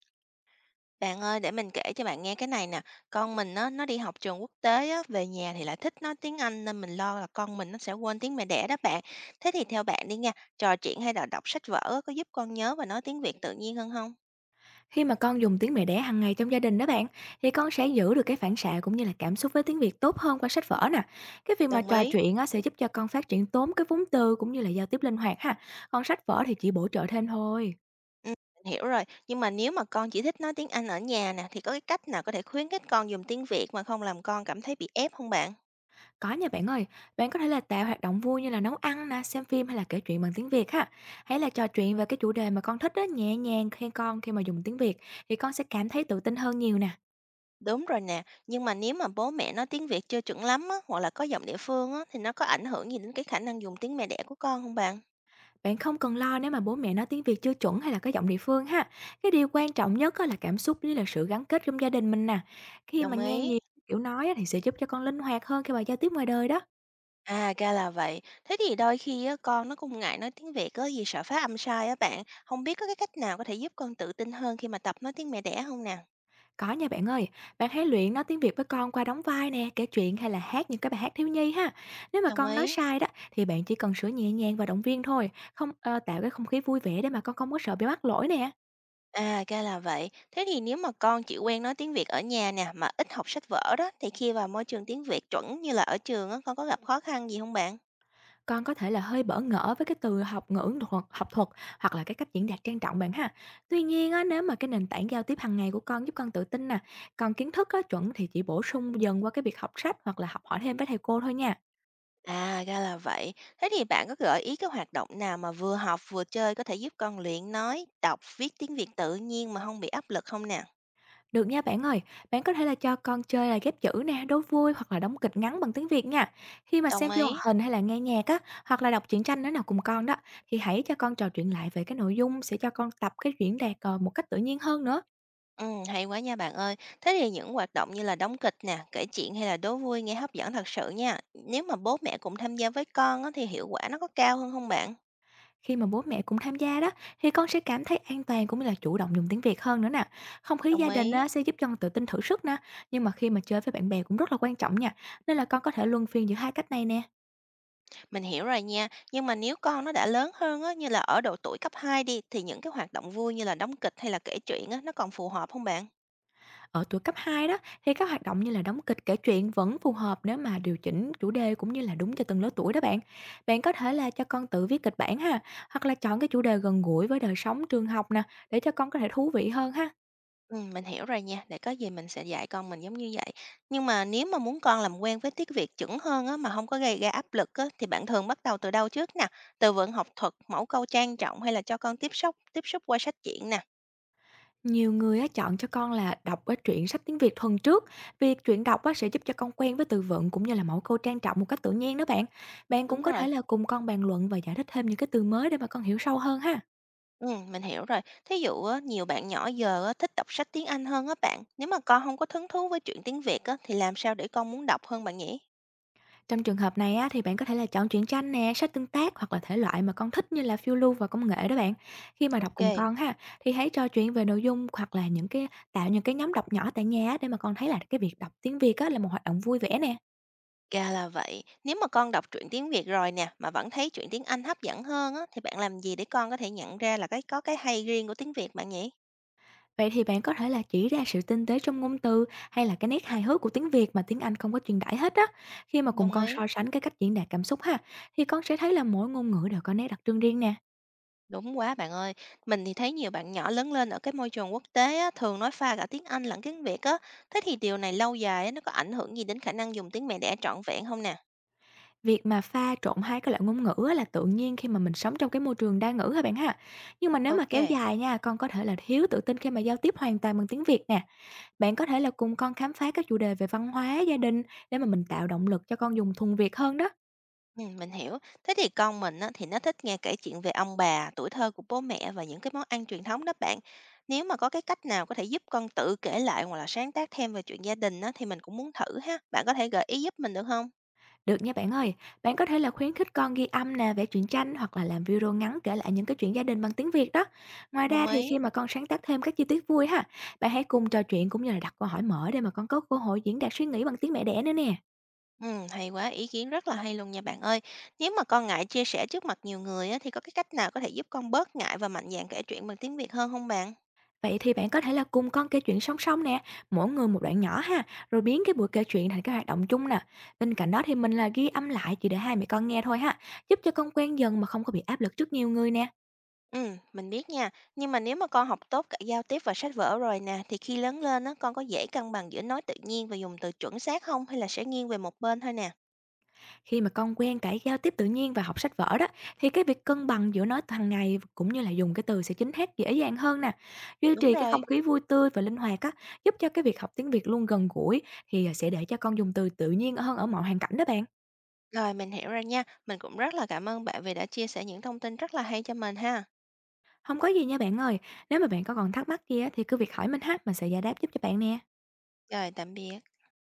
Bạn ơi, để mình kể cho bạn nghe cái này nè. Con mình nó đi học trường quốc tế á, về nhà thì lại thích nói tiếng Anh nên mình lo là con mình nó sẽ quên tiếng mẹ đẻ đó bạn. Thế thì theo bạn đi nha, trò chuyện hay là đọc sách vở á, có giúp con nhớ và nói tiếng Việt tự nhiên hơn không? Khi mà con dùng tiếng mẹ đẻ hàng ngày trong gia đình đó bạn, thì con sẽ giữ được cái phản xạ cũng như là cảm xúc với tiếng Việt tốt hơn qua sách vở nè. Cái việc mà Đồng trò ý. chuyện á, sẽ giúp cho con phát triển tốn cái vốn từ cũng như là giao tiếp linh hoạt ha. Còn sách vở thì chỉ bổ trợ thêm thôi. Ừ, mình hiểu rồi. Nhưng mà nếu mà con chỉ thích nói tiếng Anh ở nhà nè, thì có cái cách nào có thể khuyến khích con dùng tiếng Việt mà không làm con cảm thấy bị ép không bạn? Có nha bạn ơi, bạn có thể là tạo hoạt động vui như là nấu ăn nè, xem phim hay là kể chuyện bằng tiếng Việt ha. Hay là trò chuyện về cái chủ đề mà con thích đó nhẹ nhàng, khi mà dùng tiếng Việt thì con sẽ cảm thấy tự tin hơn nhiều nè. Đúng rồi nè, nhưng mà nếu mà bố mẹ nói tiếng Việt chưa chuẩn lắm á, hoặc là có giọng địa phương á, thì nó có ảnh hưởng gì đến cái khả năng dùng tiếng mẹ đẻ của con không bạn? Bạn không cần lo nếu mà bố mẹ nói tiếng Việt chưa chuẩn hay là có giọng địa phương ha. Cái điều quan trọng nhất á là cảm xúc với là sự gắn kết trong gia đình mình nè. Khi mà Đồng nghe ý. nhiều kiểu nói á, thì sẽ giúp cho con linh hoạt hơn khi mà giao tiếp ngoài đời đó. À, ra là vậy. Thế thì đôi khi á, con nó cũng ngại nói tiếng Việt á, vì sợ phát âm sai á bạn. Không biết có cái cách nào có thể giúp con tự tin hơn khi mà tập nói tiếng mẹ đẻ không nè? Có nha bạn ơi, bạn hãy luyện nói tiếng Việt với con qua đóng vai nè, kể chuyện hay là hát những cái bài hát thiếu nhi ha. Nếu mà Đồng con nói ý. sai đó thì bạn chỉ cần sửa nhẹ nhàng và động viên thôi, không tạo cái không khí vui vẻ để mà con không có sợ bị mắc lỗi nè. À, ra là vậy. Thế thì nếu mà con chỉ quen nói tiếng Việt ở nhà nè, mà ít học sách vở đó, thì khi vào môi trường tiếng Việt chuẩn như là ở trường á, con có gặp khó khăn gì không bạn? Con có thể là hơi bỡ ngỡ với cái từ học thuật hoặc là cái cách diễn đạt trang trọng bạn ha. Tuy nhiên á, nếu mà cái nền tảng giao tiếp hàng ngày của con giúp con tự tin nè, còn kiến thức á, chuẩn thì chỉ bổ sung dần qua cái việc học sách hoặc là học hỏi thêm với thầy cô thôi nha. À, ra là vậy. Thế thì bạn có gợi ý cái hoạt động nào mà vừa học vừa chơi có thể giúp con luyện nói, đọc, viết tiếng Việt tự nhiên mà không bị áp lực không nè? Được nha bạn ơi, bạn có thể là cho con chơi là ghép chữ nè, đố vui hoặc là đóng kịch ngắn bằng tiếng Việt nha. Khi mà Đồng xem phim hoạt ý. hình hay là nghe nhạc á, hoặc là đọc truyện tranh nữa nào cùng con đó, thì hãy cho con trò chuyện lại về cái nội dung, sẽ cho con tập cái diễn đạt một cách tự nhiên hơn nữa. Hay quá nha bạn ơi. Thế thì những hoạt động như là đóng kịch nè, kể chuyện hay là đố vui nghe hấp dẫn thật sự nha. Nếu mà bố mẹ cùng tham gia với con á, thì hiệu quả nó có cao hơn không bạn? Khi mà bố mẹ cũng tham gia đó, thì con sẽ cảm thấy an toàn cũng như là chủ động dùng tiếng Việt hơn nữa nè. Không khí gia Đồng đình ý. á, sẽ giúp cho con tự tin thử sức nè. Nhưng mà khi mà chơi với bạn bè cũng rất là quan trọng nha. Nên là con có thể luân phiên giữa hai cách này nè. Mình hiểu rồi nha. Nhưng mà nếu con nó đã lớn hơn á, như là ở độ tuổi cấp 2 đi, thì những cái hoạt động vui như là đóng kịch hay là kể chuyện á, nó còn phù hợp không bạn? Ở tuổi cấp 2 đó, thì các hoạt động như là đóng kịch, kể chuyện vẫn phù hợp nếu mà điều chỉnh chủ đề cũng như là đúng cho từng lứa tuổi đó bạn. Bạn có thể là cho con tự viết kịch bản ha, hoặc là chọn cái chủ đề gần gũi với đời sống trường học nè, để cho con có thể thú vị hơn ha. Mình hiểu rồi nha, để có gì mình sẽ dạy con mình giống như vậy. Nhưng mà nếu mà muốn con làm quen với tiếng Việt chuẩn hơn á, mà không có gây ra áp lực á, thì bạn thường bắt đầu từ đâu trước nè? Từ vựng học thuật, mẫu câu trang trọng hay là cho con tiếp xúc qua sách truyện nè? Nhiều người á, chọn cho con là đọc á, truyện sách tiếng Việt thuần trước, việc truyện đọc á, sẽ giúp cho con quen với từ vựng cũng như là mẫu câu trang trọng một cách tự nhiên đó bạn. Bạn cũng Đúng có thể rồi. là cùng con bàn luận và giải thích thêm những cái từ mới để mà con hiểu sâu hơn ha. Mình hiểu rồi. Thí dụ á, nhiều bạn nhỏ giờ á, thích đọc sách tiếng Anh hơn á bạn, nếu mà con không có hứng thú với truyện tiếng Việt á, thì làm sao để con muốn đọc hơn bạn nhỉ? Trong trường hợp này á, thì bạn có thể là chọn truyện tranh nè, sách tương tác hoặc là thể loại mà con thích như là phiêu lưu và công nghệ đó bạn. Khi mà đọc cùng OK. con ha, thì hãy trò chuyện về nội dung hoặc là những cái tạo những cái nhóm đọc nhỏ tại nhà á, để mà con thấy là cái việc đọc tiếng Việt á, là một hoạt động vui vẻ nè. Ra là vậy. Nếu mà con đọc truyện tiếng Việt rồi nè, mà vẫn thấy truyện tiếng Anh hấp dẫn hơn á, thì bạn làm gì để con có thể nhận ra là cái có cái hay riêng của tiếng Việt bạn nhỉ? Vậy thì bạn có thể là chỉ ra sự tinh tế trong ngôn từ hay là cái nét hài hước của tiếng Việt mà tiếng Anh không có truyền tải hết á. Khi mà cùng Đồng con so ý. sánh cái cách diễn đạt cảm xúc ha, thì con sẽ thấy là mỗi ngôn ngữ đều có nét đặc trưng riêng nè. Đúng quá bạn ơi. Mình thì thấy nhiều bạn nhỏ lớn lên ở cái môi trường quốc tế á, thường nói pha cả tiếng Anh lẫn tiếng Việt á. Thế thì điều này lâu dài á, nó có ảnh hưởng gì đến khả năng dùng tiếng mẹ đẻ trọn vẹn không nè? Việc mà pha trộn hai cái loại ngôn ngữ á là tự nhiên khi mà mình sống trong cái môi trường đa ngữ ha bạn ha. Nhưng mà nếu mà Ok, kéo dài nha, con có thể là thiếu tự tin khi mà giao tiếp hoàn toàn bằng tiếng Việt nè. Bạn có thể là cùng con khám phá các chủ đề về văn hóa, gia đình, để mà mình tạo động lực cho con dùng thuần Việt hơn đó. ừm, mình hiểu. Thế thì con mình á, thì nó thích nghe kể chuyện về ông bà, tuổi thơ của bố mẹ và những cái món ăn truyền thống đó bạn. Nếu mà có cái cách nào có thể giúp con tự kể lại hoặc là sáng tác thêm về chuyện gia đình á, thì mình cũng muốn thử ha. Bạn có thể gợi ý giúp mình được không? Được nha bạn ơi, bạn có thể là khuyến khích con ghi âm nè, vẽ truyện tranh hoặc là làm video ngắn kể lại những cái chuyện gia đình bằng tiếng Việt đó. Ngoài ra Đồng thì ý. khi mà con sáng tác thêm các chi tiết vui ha, bạn hãy cùng trò chuyện cũng như là đặt câu hỏi mở để mà con có cơ hội diễn đạt suy nghĩ bằng tiếng mẹ đẻ nữa nè. Hay quá, ý kiến rất là hay luôn nha bạn ơi. Nếu mà con ngại chia sẻ trước mặt nhiều người á, thì có cái cách nào có thể giúp con bớt ngại và mạnh dạn kể chuyện bằng tiếng Việt hơn không bạn? Vậy thì bạn có thể là cùng con kể chuyện song song nè, mỗi người một đoạn nhỏ ha, rồi biến cái buổi kể chuyện thành cái hoạt động chung nè. Bên cạnh đó thì mình là ghi âm lại chỉ để hai mẹ con nghe thôi ha, giúp cho con quen dần mà không có bị áp lực trước nhiều người nè. Mình biết nha. Nhưng mà nếu mà con học tốt cả giao tiếp và sách vở rồi nè, thì khi lớn lên á, con có dễ cân bằng giữa nói tự nhiên và dùng từ chuẩn xác không? Hay là sẽ nghiêng về một bên thôi nè? Khi mà con quen cả giao tiếp tự nhiên và học sách vở đó, thì cái việc cân bằng giữa nói hàng ngày cũng như là dùng cái từ sẽ chính thác dễ dàng hơn nè. Duy Đúng trì cái không rồi. khí vui tươi và linh hoạt á, giúp cho cái việc học tiếng Việt luôn gần gũi, thì sẽ để cho con dùng từ tự nhiên hơn ở mọi hoàn cảnh đó bạn. Rồi, mình hiểu rồi nha. Mình cũng rất là cảm ơn bạn vì đã chia sẻ những thông tin rất là hay cho mình ha. Không có gì nha bạn ơi, nếu mà bạn có còn thắc mắc gì á thì cứ việc hỏi mình ha, mình sẽ giải đáp giúp cho bạn nè. Rồi, tạm biệt.